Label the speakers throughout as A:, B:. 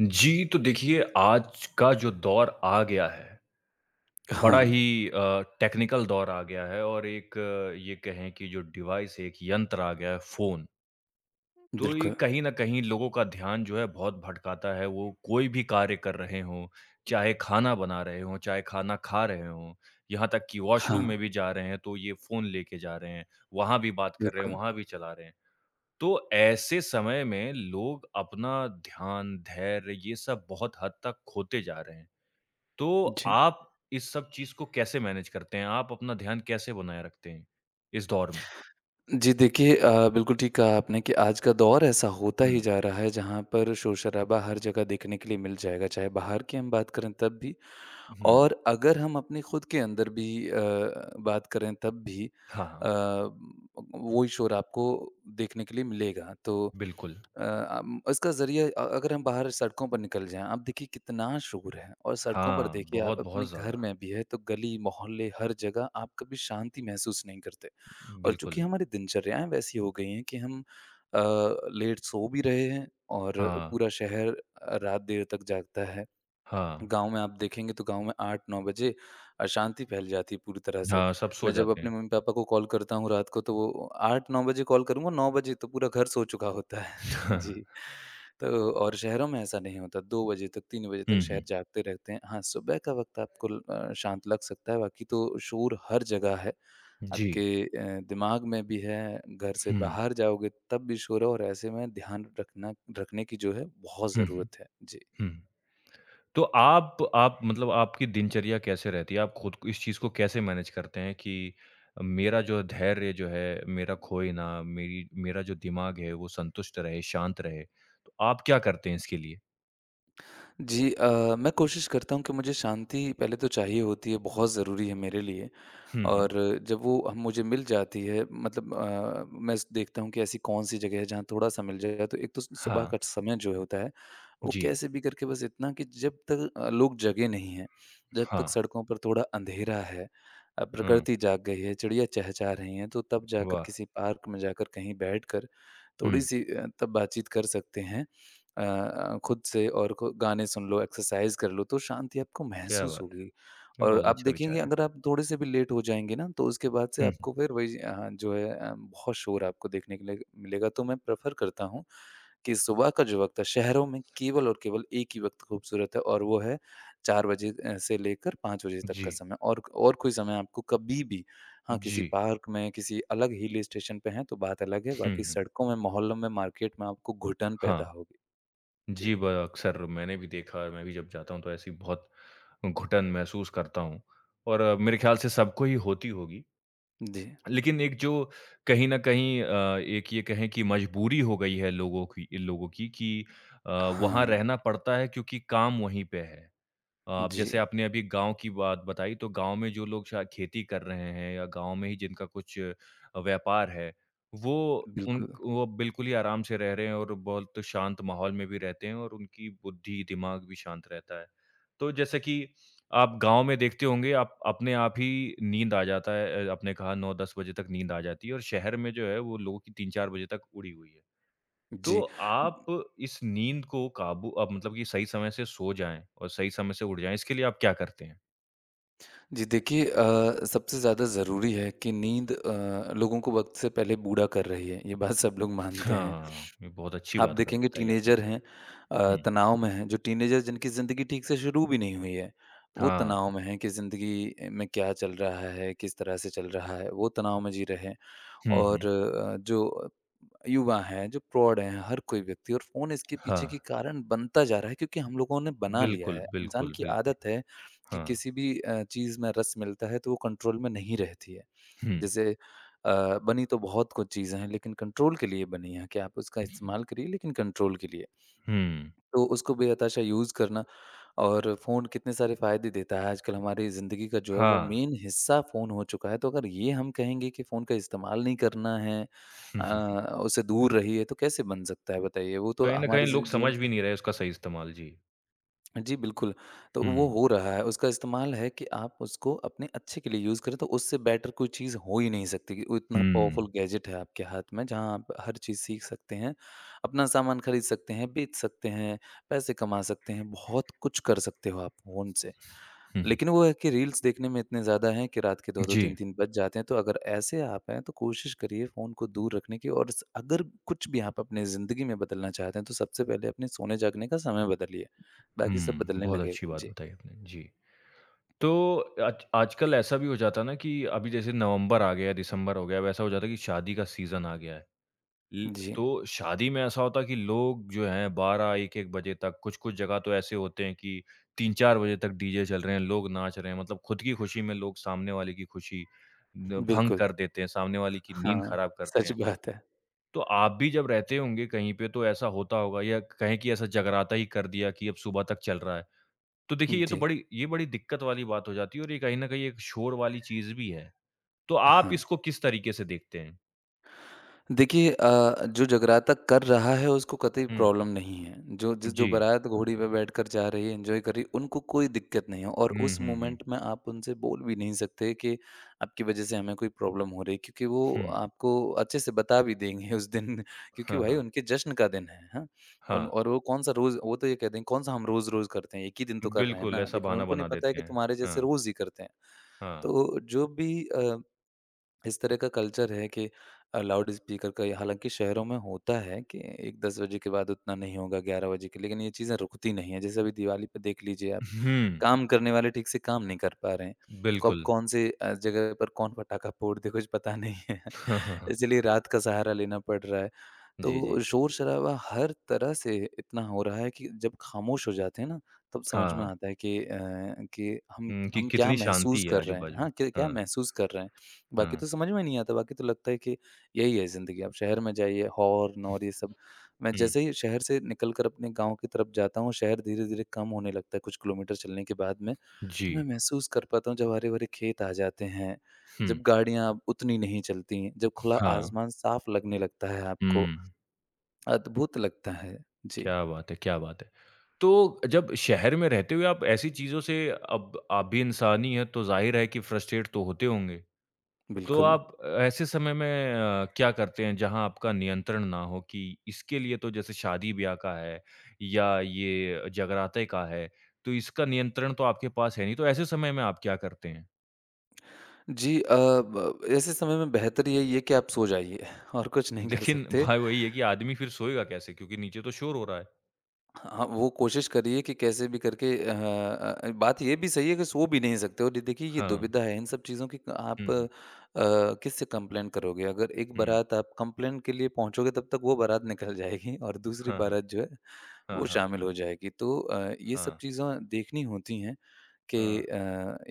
A: जी, तो देखिए आज का जो दौर आ गया है,
B: हाँ,
A: बड़ा ही टेक्निकल दौर आ गया है और एक ये कहें कि जो डिवाइस एक यंत्र आ गया है फ़ोन। तो ये
B: बिल्कुल।
A: कहीं न कहीं लोगों का ध्यान जो है बहुत भटकाता है। वो कोई भी कार्य कर रहे हों, चाहे खाना बना रहे हों, चाहे खाना खा रहे हों, यहाँ तक कि
B: हाँ,
A: वॉशरूम में भी जा रहे हैं तो ये फ़ोन लेके जा रहे हैं, वहाँ भी बात कर रहे हैं,
B: बिल्कुल।
A: वहाँ भी चला रहे हैं। तो ऐसे समय में लोग अपना ध्यान, धैर्य ये सब बहुत हद तक खोते जा रहे हैं। तो
B: जी।
A: आप इस सब चीज़ को कैसे मैनेज करते हैं? आप अपना ध्यान कैसे बनाए रखते हैं इस दौर में?
B: जी, देखिए बिल्कुल ठीक कहा आपने कि आज का दौर ऐसा होता
A: हुँ,
B: ही जा रहा है जहाँ पर शोर-शराबा हर जगह देखने के लिए मिल जाएगा, चाहे बाहर की हम बात करें तब भी
A: हुँ।
B: और अगर हम अपने खुद के अंदर भी बात करें तब भी
A: हाँ,
B: अ,
A: हाँ।
B: वही शोर आपको देखने के लिए मिलेगा। तो
A: बिल्कुल।
B: इसका ज़रिया अगर हम बाहर सड़कों पर निकल जाएँ, आप देखिए कितना शोर है और सड़कों पर
A: हाँ,
B: देखिए आप
A: बहुत-बहुत
B: अपने घर
A: ज़्यादा।
B: में भी है तो गली, मोहल्ले, हर जगह आप कभी शांति महसूस नहीं करते। और चूँकि
A: बिल्कुल।
B: हमारी दिनचर्याएँ वैसी हो गई हैं कि हम अ, लेट सो भी रहे हैं और
A: हाँ,
B: पूरा शहर रात देर तक जागता है।
A: हाँ।
B: गाँव में आप देखेंगे तो गाँव में 8-9 बजे अशांति फैल जाती है पूरी तरह से।
A: हाँ, सब सो
B: मैं जब
A: जाते
B: अपने
A: हैं।
B: मम्मी-पापा को कॉल करता हूँ रात को तो वो 8-9 बजे कॉल करूँगा, 9 बजे तो पूरा घर सो चुका होता है।
A: हाँ,
B: जी। तो और शहरों में ऐसा नहीं होता, 2 बजे तक 3 बजे तक
A: हुँ, हुँ।
B: शहर जागते रहते हैं। हाँ, सुबह का वक़्त आपको शांत लग सकता है, बाकी तो शोर हर जगह है।
A: जी।
B: आपके दिमाग में भी है, घर से
A: हुँ,
B: बाहर जाओगे तब भी शोर है और ऐसे में ध्यान रखना रखने की जो है बहुत
A: हुँ, हुँ,
B: ज़रूरत है। जी।
A: हुँ। तो आप मतलब आपकी दिनचर्या कैसे रहती है? आप खुद को इस चीज़ को कैसे मैनेज करते हैं कि मेरा जो धैर्य जो है, मेरा खोए ना, मेरी मेरा जो दिमाग है वो संतुष्ट रहे, शांत रहे? तो आप क्या करते हैं इसके लिए?
B: जी मैं कोशिश करता हूँ कि मुझे शांति पहले तो चाहिए होती है, बहुत ज़रूरी है मेरे लिए।
A: हुँ, हुँ।
B: और जब वो हम मुझे मिल जाती है मतलब मैं स देखता हूँ कि ऐसी कौन-सी जगह है जहाँ थोड़ा-सा मिल जाए। तो एक तो सु सुबह
A: हाँ,
B: का समय जो होता है, वो
A: जी,
B: कैसे भी करके बस इतना कि जब तक लोग जगे नहीं हैं, जब
A: हाँ,
B: तक सड़कों पर थोड़ा अंधेरा है,
A: हुँ,
B: प्रकृति जाग गई है, चिड़िया चहचहा रही हैं, तो तब जाकर
A: वाह!
B: किसी पार्क में जाकर कहीं बैठकर
A: हुँ,
B: थोड़ी-सी तब बातचीत कर सकते हैं। खुद से और खु गाने सुन लो, एक्सरसाइज़ कर लो, तो शांति आपको
A: क्या
B: महसूस
A: बात है!
B: होगी।
A: ये
B: और
A: बहुत
B: आप
A: अच्छा विचार
B: देखेंगे
A: है।
B: अगर आप थोड़े से भी लेट हो जाएँगे ना, तो उसके बाद से
A: हुँ, हुँ,
B: आपको फिर वही बहुत शोर आपको देखने के लिए मिलेगा। तो मैं प्रेफ़र करता हूँ कि सुबह का जो वक़्त है, शहरों में केवल और केवल एक ही वक़्त खूबसूरत है और वो है 4 बजे से लेकर 5 बजे तक
A: जी,
B: का समय, और कोई समय आपको कभी भी। हाँ, किसी
A: जी,
B: पार्क में, किसी अलग हिल स्टेशन पे हैं, तो बात अलग है,
A: हुँ,
B: बाकी
A: हुँ,
B: सड़कों में, मोहल्लों में, मार्केट में आपको घुटन पैदा
A: हाँ।
B: होगी। जी,
A: जी, ब अक्सर मैंने भी देखा है, मैं भी जब जाता हूँ तो ऐसी बहुत घुटन महसूस करता हूँ और मेरे ख्याल से सबको ही होती होगी।
B: जी।
A: लेकिन एक जो कहीं न कहीं एक ये कहें कि मजबूरी हो गई है लोगों की इन लोगों की कि अ, वहाँ
B: हाँ,
A: रहना पड़ता है क्योंकि काम वहीं पे है। आप
B: जी,
A: जैसे आपने अभी गाँव की बात बताई, तो गाँव में जो लोग शायद खेती कर रहे हैं या गाँव में ही जिनका कुछ व्यापार है, वो उन
B: बिल्कुल।
A: वो बिल्कुल ही आराम से रह रहे हैं और बहुत शांत माहौल में भी रहते हैं और उनकी बुद्धि, दिमाग भी शांत रहता है। तो जैसे कि आप गाँव में देखते होंगे आप अपने आप ही नींद आ जाता है आपने कहा 9-10 बजे तक नींद आ जाती है और शहर में जो है वो लोगों की 3-4 बजे तक उड़ी हुई है। तो
B: जी।
A: आप इस नींद को काबू मतलब कि सही समय से सो जाएँ और सही समय से उठ जाएँ, इसके लिए आप क्या करते हैं?
B: जी, देखिए सबसे ज़्यादा ज़रूरी है कि नींद लोगों को वक़्त से पहले बूढ़ा कर रही है, ये बात सब लोग मानते हैं।
A: हाँ, ये बहुत अच्छी
B: आप
A: बात क
B: देखेंगे
A: बताई आपने।
B: टीनेजर हैं,
A: हुँ,
B: तनाव में हैं, जो टीनेजर जिनकी ज़िंदगी ठीक से शुरू भी नहीं हुई है, वो
A: हाँ।
B: तनाव में हैं कि ज़िंदगी में क्या चल रहा है, किस तरह से चल रहा है, वो तनाव में जी रहे हैं।
A: हुँ, हुँ।
B: और जो युवा हैं, जो प्रौढ़ हैं, हर कोई व्यक्ति और फ़ोन इसके पीछे
A: हाँ,
B: की कारण बनता जा रहा है क्योंकि हम लोगों ने बना लिया
A: बिल्कुल,
B: है। इंसान
A: बिल्कुल,
B: की
A: बिल्कुल।
B: आदत है कि
A: हाँ,
B: किसी भी चीज़ में रस मिलता है तो वो कंट्रोल में नहीं रहती है।
A: हुँ,
B: जैसे बनी तो बहुत कुछ चीज़ें हैं लेकिन कंट्रोल के लिए बनी है कि आप उसका इस्तेमाल करिए लेकिन कंट्रोल के लिए।
A: हुँ,
B: तो उसको बेहताशा यूज़ करना और फ़ोन कितने सारे फ़ायदे देता है। आजकल हमारी ज़िंदगी का जो है वो
A: हाँ।
B: मेन हिस्सा फ़ोन हो चुका है। तो अगर ये हम कहेंगे कि फ़ोन का इस्तेमाल नहीं करना है,
A: हुँ,
B: अ,
A: हुँ,
B: उससे दूर रहिए तो कैसे बन सकता है बताइए? वो तो
A: कहीं न
B: हमारे
A: कहीं
B: ज़ी
A: लोग
B: जीवन
A: समझ
B: का
A: भी
B: है।
A: नहीं रहे उसका सही इस्तेमाल। जी।
B: जी बिल्कुल, तो वो
A: हुँ,
B: हो रहा है। उसका इस्तेमाल है कि आप उसको अपने अच्छे के लिए यूज़ करें तो उससे बेटर कोई चीज़ हो ही नहीं सकती कि वो इतना
A: हुँ,
B: पावरफुल गैजेट है आपके हाथ में जहाँ आप हर चीज़ सीख सकते हैं, अपना सामान खरीद सकते हैं, बेच सकते हैं, पैसे कमा सकते हैं, बहुत कुछ कर सकते हो आप फ़ोन से।
A: हुँ, हुँ।
B: लेकिन वो है कि रील्स देखने में इतने ज़्यादा हैं कि रात के 2-2
A: जी,
B: 3-3 बज जाते हैं, तो अगर ऐसे आप हैं तो कोशिश करिए फ़ोन को दूर रखने की। और स अगर कुछ भी आप अपनी ज़िंदगी में बदलना चाहते हैं, तो सबसे पहले अपने सोने-जागने का समय बदलिए, बाकी सब
A: हुँ,
B: बदलने
A: बहुत अच्छी
B: लगेगा।
A: बात
B: जी,
A: बताई आपने। जी। तो आज आजकल ऐसा भी हो जाता है ना कि अभी जैसे नवंबर आ गया, दिसंबर हो गया, वैसा हो जाता है कि शादी का सीज़न आ गया है। ल
B: जी,
A: तो शादी में ऐसा होता है कि लोग जो हैं 12 1-1 बजे तक कुछ-कुछ जगह तो ऐसे होते हैं कि 3-4 बजे तक डीजे चल रहे हैं, लोग नाच रहे हैं। मतलब खुद की खुशी में लोग सामने वाले की खुशी न भंग
B: बिल्कुल।
A: कर देते हैं, सामने वाले की नींद
B: हाँ,
A: खराब करते
B: सच
A: हैं।
B: बात है।
A: तो आप भी जब रहते होंगे कहीं पे तो ऐसा होता होगा या कहें कि ऐसा जगराता ही कर दिया कि अब सुबह तक चल रहा है। तो देखिए ये तो
B: जी,
A: बड़ी ये बड़ी दिक्कत वाली बात हो जाती है और ये कहीं न कहीं एक शोर वाली चीज़ भी है। तो आप
B: हाँ।
A: इसको किस तरीके से देखते हैं?
B: देखिए जो जगराता कर रहा है उसको कतई
A: हुँ,
B: प्रॉब्लम नहीं है। जो
A: जी।
B: बारात घोड़ी पे बैठकर जा रही है, एन्जॉय कर रही है, उनको कोई दिक्कत नहीं है और
A: हुँ,
B: उस
A: हुँ, हुँ।
B: मोमेंट में आप उनसे बोल भी नहीं सकते कि आपकी वज़ह से हमें कोई प्रॉब्लम हो रही है क्योंकि वो
A: हुँ।
B: आपको अच्छे से बता भी देंगे उस दिन। क्योंकि
A: हाँ,
B: भाई
A: हाँ।
B: उनके जश्न का दिन है, हाँ? उन
A: हाँ,
B: और वो कौन-सा रोज़, वो तो ये कहते हैं कौन-सा हम रोज़-रोज़ करते हैं, एक ही दिन तो कर रहे हैं
A: बिल्कुल
B: ना।
A: ऐसा
B: लेकिन
A: बहाना
B: उनको नहीं
A: बना
B: पता है
A: देते
B: कि
A: हैं।
B: तुम्हारे जैसे
A: हाँ,
B: रोज़ ही करते हैं।
A: हाँ।
B: तो जो भी इस तरह का कल्चर है कि लाउड स्पीकर का हालाँकि शहरों में होता है कि एक 10 बजे के बाद उतना नहीं होगा 11 बजे के, लेकिन ये चीज़ें रुकती नहीं हैं। जैसे अभी दिवाली पे देख लीजिए आप,
A: हुँ,
B: काम करने वाले ठीक से काम नहीं कर पा रहे हैं। कब
A: बिल्कुल।
B: कौन से जगह पर कौन पटाखा फोड़ दे कुछ पता नहीं है।
A: हाँ, हाँ, हाँ।
B: इसलिए रात का सहारा लेना पड़ रहा है।
A: जी, जी।
B: तो
A: जी,
B: शोर-शराबा हर तरह से इतना हो रहा है कि जब खामोश हो जाते हैं ना, तब समझ में
A: हाँ,
B: आता है कि कि हम
A: हुँ, कि
B: हम क्या
A: कितनी शांति
B: महसूस
A: है
B: कर रहे हैं।
A: आजू-बाजू।
B: हाँ, क क्या
A: हाँ,
B: महसूस कर रहे हैं। बाकी
A: हाँ।
B: तो समझ में नहीं आता, बाकी तो लगता है कि यही है ज़िंदगी। आप शहर में जाइए, हॉर्न और ये सब। मैं
A: हुँ,
B: जैसे ही शहर से निकलकर अपने गाँव की तरफ जाता हूँ, शहर धीरे-धीरे कम होने लगता है कुछ किलोमीटर चलने के बाद में,
A: जी।
B: तो मैं महसूस कर पाता हूँ जब हरे-भरे खेत आ जाते हैं,
A: हुँ,
B: जब गाड़ियाँ अब उतनी नहीं चलती हैं, जब खुला
A: हाँ।
B: आसमान साफ लगने लगता है आपको।
A: हुँ।
B: अद्भुत लगता है। जी,
A: क्या बात है, क्या बात है। तो जब शहर में रहते हुए आप ऐसी चीज़ों से अब आप भी इंसान ही हैं, तो ज़ाहिर है कि फ्रस्ट्रेट तो होते होंगे। तो
B: बिल्कुल।
A: आप ऐसे समय में क्या करते हैं जहाँ आपका नियंत्रण ना हो कि इसके लिए तो जैसे शादी-ब्याह का है या ये जगराते का है, तो इसका नियंत्रण तो आपके पास है नहीं, तो ऐसे समय में आप क्या करते हैं?
B: जी अ, ब ऐसे समय में बेहतर यही है कि आप सो जाइए और कुछ नहीं कर
A: लेकिन
B: सकते।
A: भाई वही है कि आदमी फिर सोएगा कैसे क्योंकि नीचे तो शोर हो रहा है।
B: हाँ, वो कोशिश करिए कि कैसे भी करके बात ये भी सही है कि सो भी नहीं सकते। और ये देखिए ये
A: हाँ।
B: दुविधा है, इन सब चीज़ों की।
A: हुँ,
B: आप
A: हुँ,
B: किससे कंप्लेन करोगे? अगर एक
A: हुँ।
B: बारात आप कंप्लेन के लिए पहुँचोगे तब तक वो बारात निकल जाएगी और दूसरी
A: हाँ, हाँ।
B: बारात जो है
A: हाँ,
B: वो
A: हाँ।
B: शामिल हो जाएगी। तो ये सब
A: हाँ,
B: चीज़ें देखनी होती हैं। कि
A: हाँ।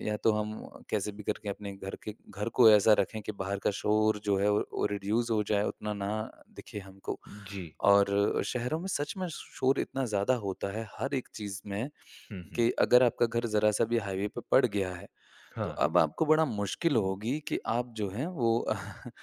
B: या तो हम कैसे भी करके अपने घर को ऐसा रखें कि बाहर का शोर जो है वो रिड्यूस हो जाए, उतना ना दिखे हमको।
A: जी।
B: और शहरों में सच में शोर इतना ज़्यादा होता है, हर एक चीज़ में
A: हुँ, हुँ।
B: कि अगर आपका घर ज़रा-सा भी हाईवे पे पड़ गया है तो
A: हाँ,
B: अब आपको बड़ा मुश्किल होगी कि आप जो हैं वो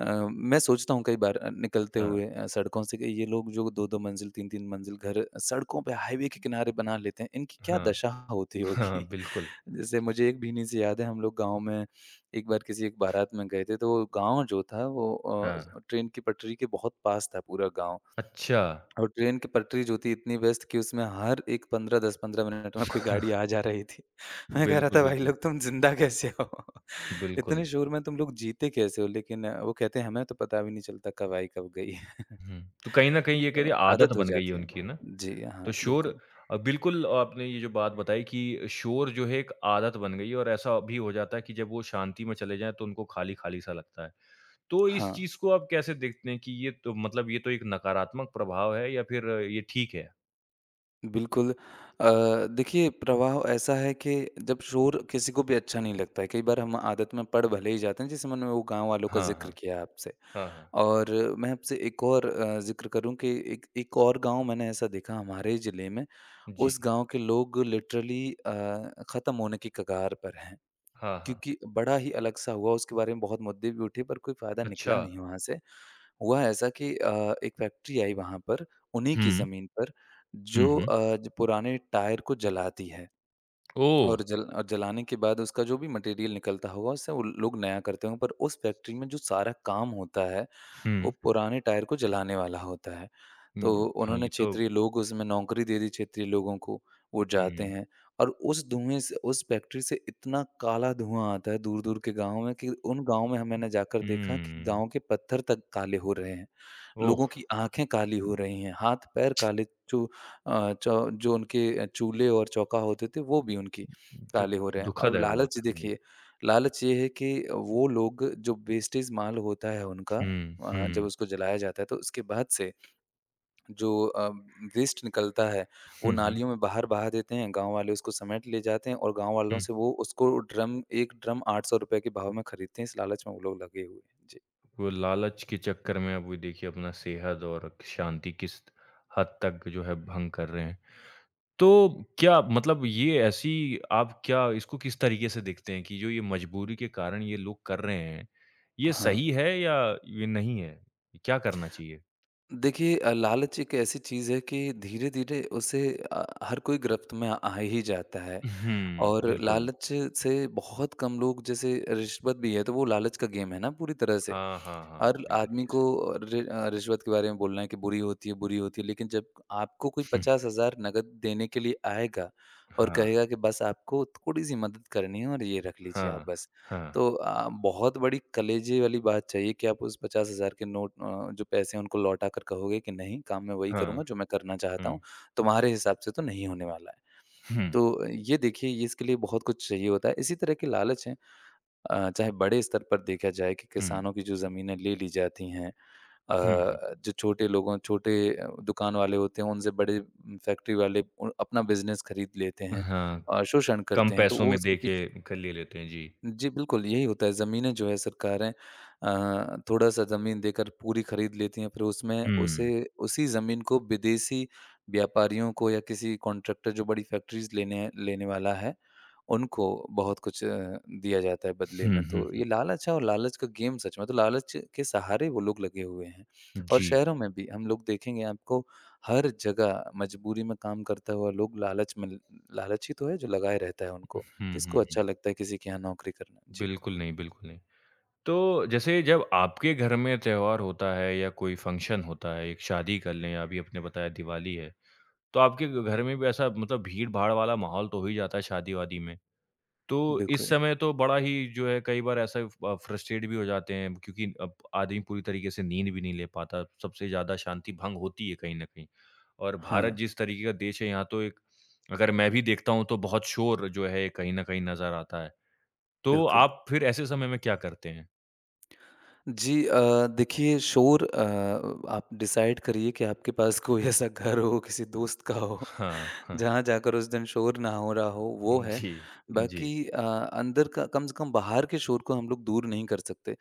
B: अ, मैं सोचता हूँ कई बार निकलते
A: हाँ,
B: हुए सड़कों से कि ये लोग जो 2-2 मंज़िल, 3-3 मंज़िल घर सड़कों पे हाईवे के किनारे बना लेते हैं, इनकी क्या
A: हाँ,
B: दशा होती
A: हाँ,
B: होगी?
A: बिल्कुल,
B: जैसे मुझे एक भीनी सी याद है, हम लोग गाँव में एक बार किसी एक बारात में गए थे, तो गाँव जो था वो
A: हाँ।
B: ट्रेन की पटरी के बहुत पास था पूरा गाँव।
A: अच्छा।
B: और ट्रेन की पटरी जो थी इतनी व्यस्त कि उसमें हर एक 15 10-15 मिनट में कोई गाड़ी आ जा रही थी। मैं कह रहा
A: बिल्कुल,
B: था भाई
A: बिल्कुल,
B: लोग तुम ज़िंदा कैसे हो?
A: बिल्कुल।
B: इतने शोर में तुम लोग जीते कैसे हो? लेकिन वो कहते हैं हमें तो पता भी नहीं चलता कब आई कब गई।
A: हुँ, तो कहीं न कहीं ये कह
B: तो
A: रही आदत
B: आदत हो
A: बन गई है
B: जाती है।
A: उनकी ना?
B: जी हाँ,
A: तो शोर
B: बिल्कुल।
A: बिल्कुल आपने ये जो बात बताई कि शोर जो है एक आदत बन गई है और ऐसा भी हो जाता है कि जब वो शांति में चले जाएँ तो उनको खाली-खाली सा लगता है। तो इस
B: हाँ,
A: चीज़ को आप कैसे देखते हैं कि ये तो मतलब ये तो एक नकारात्मक प्रभाव है या फिर ये ठीक है?
B: बिल्कुल देखिए प्रवाह ऐसा है कि जब शोर किसी को भी अच्छा नहीं लगता है। कई बार हम आदत में पड़ भले ही जाते हैं जैसे मैंने वो गाँव वालों का
A: हाँ, हाँ।
B: ज़िक्र किया आपसे।
A: हाँ, हाँ।
B: और मैं आपसे एक और ज़िक्र करूँ कि एक एक और गाँव मैंने ऐसा देखा हमारे ज़िले में।
A: जी।
B: उस गाँव के लोग लिटरली ख़त्म होने की कगार पर हैं।
A: हाँ, हाँ।
B: क्योंकि बड़ा ही अलग-सा हुआ, उसके बारे में बहुत मुद्दे भी उठे पर कोई फ़ायदा
A: अच्छा।
B: निकला नहीं वहाँ से। हुआ ऐसा कि एक फैक्ट्री आई वहाँ पर, उन्हीं की
A: हुँ,
B: ज़मीन पर,
A: हुँ,
B: जो
A: हुँ।
B: अ, ज पुराने टायर को जलाती है।
A: ओह!
B: और जल और जलाने के बाद उसका जो भी मटेरियल निकलता होगा उससे वो लोग नया करते होंगे, पर उस फैक्ट्री में जो सारा काम होता है वो
A: हुँ।
B: पुराने टायर को जलाने वाला होता है। तो
A: हुँ, हाँ, ये
B: उन्होंने
A: तो
B: क्षेत्रीय लोग उसमें नौकरी दे दी क्षेत्रीय लोगों को, वो जाते
A: हुँ,
B: हैं और उस धुएँ से, उस फैक्ट्री से इतना काला धुआँ आता है दूर-दूर के गाँव में कि उन गाँव में मैंने जाकर देखा कि
A: हुँ।
B: गाँव के पत्थर तक काले हो रहे हैं।
A: ओह!
B: लोगों की आँखें काली हो रही हैं, हाथ-पैर काले, जो अ, चौ जो उनके चूल्हे और चौका होते थे वो भी उनकी
A: तो
B: काले हो रहे हैं।
A: दुखद
B: और
A: है बहुत।
B: लालच
A: हुँ,
B: देखिए, लालच ये है कि वो लोग जो वेस्टेज माल होता है उनका,
A: हुँ,
B: जब
A: हुँ,
B: उसको जलाया जाता है तो उसके बाद से जो वेस्ट निकलता है वो
A: हुँ, हुँ,
B: नालियों में बाहर बहा देते हैं, गाँव वाले उसको समेट ले जाते हैं और गाँव वालों
A: हुँ।
B: से वो उसको ड्रम, 1 ड्रम ₹800 के भाव में खरीदते हैं। इस लालच में वो लोग लगे हुए हैं। जी।
A: वो लालच के चक्कर में अब वो देखिए अपना सेहत और शांति किस हद तक जो है भंग कर रहे हैं। तो क्या मतलब ये ऐसी आप क्या इसको किस तरीके से देखते हैं कि जो ये मजबूरी के कारण ये लोग कर रहे हैं, ये
B: हाँ।
A: सही है या ये नहीं है? क्या करना चाहिए?
B: देखिए लालच एक ऐसी चीज़ है कि धीरे-धीरे उसे हर कोई गिरफ्त में आ आ ही जाता है।
A: हुँ,
B: और
A: बिल्कुल।
B: लालच से बहुत कम लोग, जैसे रिश्वत भी है तो वो लालच का गेम है ना पूरी तरह से।
A: हाँ, हाँ, हाँ,
B: हर
A: पूरी
B: आदमी
A: तरीके से।
B: को रिश्वत के बारे में बोलना है कि बुरी होती है, बुरी होती है, लेकिन जब आपको कोई
A: हुँ,
B: 50,000 नकद देने के लिए आएगा और
A: हाँ।
B: कहेगा कि बस आपको थोड़ी-सी मदद करनी है और ये रख लीजिए आप
A: हाँ,
B: बस।
A: हाँ,
B: तो बहुत बड़ी कलेजे वाली बात चाहिए कि आप उस 50,000 के नोट, जो पैसे हैं उनको लौटा कर कहोगे कि नहीं, काम मैं वही
A: हाँ,
B: करूँगा जो मैं करना चाहता
A: हुँ,
B: हूँ, तुम्हारे हिसाब से तो नहीं होने वाला है।
A: हुँ,
B: तो ये देखिए, ये इसके लिए बहुत कुछ चाहिए होता है। इसी तरह के लालच हैं, चाहे बड़े स्तर पर देखा जाए कि
A: हुँ,
B: किसानों की जो ज़मीनें ले ली जाती हैं,
A: हुँ।
B: अ, जो छोटे दुकान वाले होते हैं उनसे बड़े फैक्ट्री वाले उ अपना बिज़नेस खरीद लेते हैं,
A: हाँ,
B: शोषण
A: कम
B: करते हैं तो
A: पैसों
B: वो
A: में दे
B: उसके
A: के
B: पीछे।
A: क ले लेते हैं, जी।
B: जी, बिल्कुल, यही होता है। ज़मीनें जो है सरकारें थोड़ा-सा ज़मीन देकर पूरी खरीद लेती हैं, फिर उसमें उसे,
A: हुँ,
B: उसी ज़मीन को विदेशी व्यापारियों को या किसी कॉन्ट्रैक्टर जो बड़ी फैक्ट्रीज़ लेने लेने वाला है, उनको बहुत कुछ दिया जाता है बदले
A: हुँ,
B: में।
A: हुँ,
B: तो ये लालच है और लालच का गेम सच में, तो लालच के सहारे वो लोग लगे हुए हैं। और
A: जी।
B: शहरों में भी हम लोग देखेंगे, आपको हर जगह मजबूरी में काम करता हुआ लोग, लालच में लालची तो है जो लगाए रहता है उनको।
A: हुँ,
B: किसको
A: हुँ, हुँ।
B: अच्छा लगता है किसी के यहाँ नौकरी करना? जी।
A: बिल्कुल नहीं, बिल्कुल नहीं। तो जैसे जब आपके घर में त्योहार होता है या कोई फ़ंक्शन होता है, एक शादी कर लें, अभी आपने बताया दिवाली है, तो आपके घ घर में भी ऐसा मतलब भीड़-भाड़ वाला माहौल तो हो ही जाता है शादी-वादी में। तो इस
B: बिल्कुल।
A: समय तो बड़ा ही जो है कई बार ऐसा फ्रस्ट्रेट भी हो जाते हैं क्योंकि अब आदमी पूरी तरीके से नींद भी नहीं ले पाता। सबसे ज़्यादा शांति भंग होती है कहीं न कहीं। और
B: हाँ,
A: भारत जिस तरीके का देश है यहाँ तो एक अगर मैं भी देखता हूँ तो बहुत शोर जो है कहीं न कहीं नज़र आता है। तो
B: बिल्कुल।
A: आप फिर ऐसे समय में क्या करते हैं?
B: जी देखिए शोर, आप डिसाइड करिए कि आपके पास कोई ऐसा घर हो, किसी दोस्त का हो,
A: हाँ, हाँ।
B: जहाँ जाकर उस दिन शोर ना हो रहा हो, वो है।
A: जी, जी।
B: बाकी अंदर का कम से कम, बाहर के शोर को हम लोग दूर नहीं कर सकते।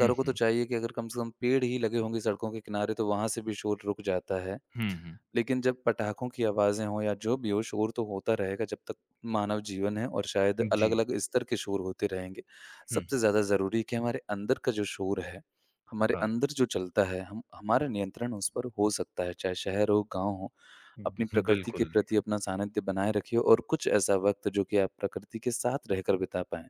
A: हुँ,
B: को तो
A: हुँ।
B: चाहिए कि अगर कम से कम पेड़ ही लगे होंगे सड़कों के किनारे, तो वहाँ से भी शोर रुक जाता है।
A: हुँ, हुँ।
B: लेकिन जब पटाखों की आवाज़ें हों या जो भी हो, शोर तो होता रहेगा जब तक मानव जीवन है, और शायद
A: जी।
B: अलग-अलग स्तर के शोर होते रहेंगे।
A: हुँ,
B: सबसे
A: हुँ।
B: ज़्यादा ज़रूरी है कि हमारे अंदर का जो शोर है, हमारे
A: हाँ।
B: अंदर जो चलता है, हम हमारा नियंत्रण उस पर हो सकता है, चाहे शहर हो, गाँव हो। अपनी प्रकृति के
A: बिल्कुल।
B: प्रति अपना सानिध्य बनाए रखिए और कुछ ऐसा वक़्त जो कि आप प्रकृति के साथ रहकर बिता पाएँ,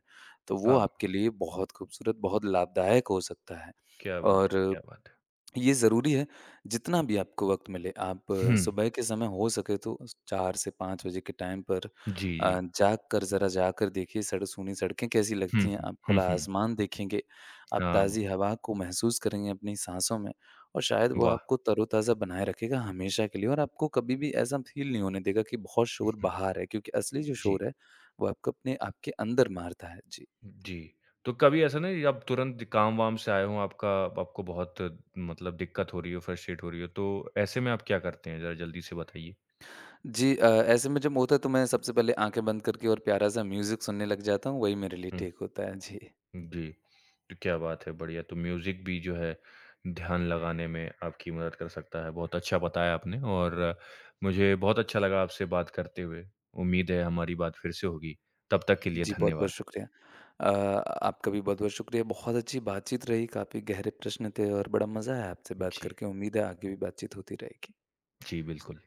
B: तो वो
A: हाँ,
B: आपके लिए बहुत खूबसूरत, बहुत लाभदायक हो सकता है।
A: क्या बात है,
B: और
A: क्या बात है।
B: ये ज़रूरी है। जितना भी आपको वक़्त मिले, आप
A: हुँ।
B: सुबह के समय हो सके तो 4 से 5 बजे के टाइम पर
A: जी, जी।
B: जाकर ज़रा जाकर देखिए सड़ सूनी सड़कें कैसी
A: हुँ,
B: लगती हैं।
A: हुँ।
B: आप
A: हुँ,
B: खुला
A: हुँ।
B: आसमान देखेंगे, आप
A: हाँ।
B: ताज़ी हवा को महसूस करेंगे अपनी साँसों में, और शायद वो
A: वाह!
B: आपको तरोताज़ा बनाए रखेगा हमेशा के लिए, और आपको कभी भी ऐसा फ़ील नहीं होने देगा कि बहुत शोर
A: हुँ।
B: बाहर है, क्योंकि असली जो
A: जी।
B: शोर है, वो आपको अपने, आपके अंदर मारता है। जी।
A: जी। तो कभी ऐसा नहीं आप तुरंत काम-वाम से आए हों, आपका आपको बहुत मतलब दिक्कत हो रही हो, फ्रस्ट्रेट हो रही हो, तो ऐसे में आप क्या करते हैं? ज़रा जल्दी से बताइए।
B: जी ऐसे में जब होता है तो मैं सबसे पहले आँखें बंद करके और प्यारा-सा म्यूज़िक सुनने लग जाता हूँ, वही मेरे लिए
A: हुँ,
B: ठीक होता है। जी।
A: जी। तो क्या बात है, बढ़िया। तो म्यूज़िक भी जो है ध्यान लगाने में आपकी मदद कर सकता है। बहुत अच्छा बताया आपने और मुझे बहुत अच्छा लगा आपसे बात करते हुए। उम्मीद है हमारी बात फिर से होगी। तब तक के लिए
B: जी, बहुत-बहुत
A: धन्यवाद।
B: शुक्रिया। अ, आपका भी बहुत-बहुत शुक्रिया। बहुत अच्छी बातचीत रही, काफ़ी गहरे प्रश्न थे और बड़ा मज़ा आया आपसे बात
A: जी।
B: करके। उम्मीद है आगे भी बातचीत होती रहेगी।
A: जी, बिल्कुल।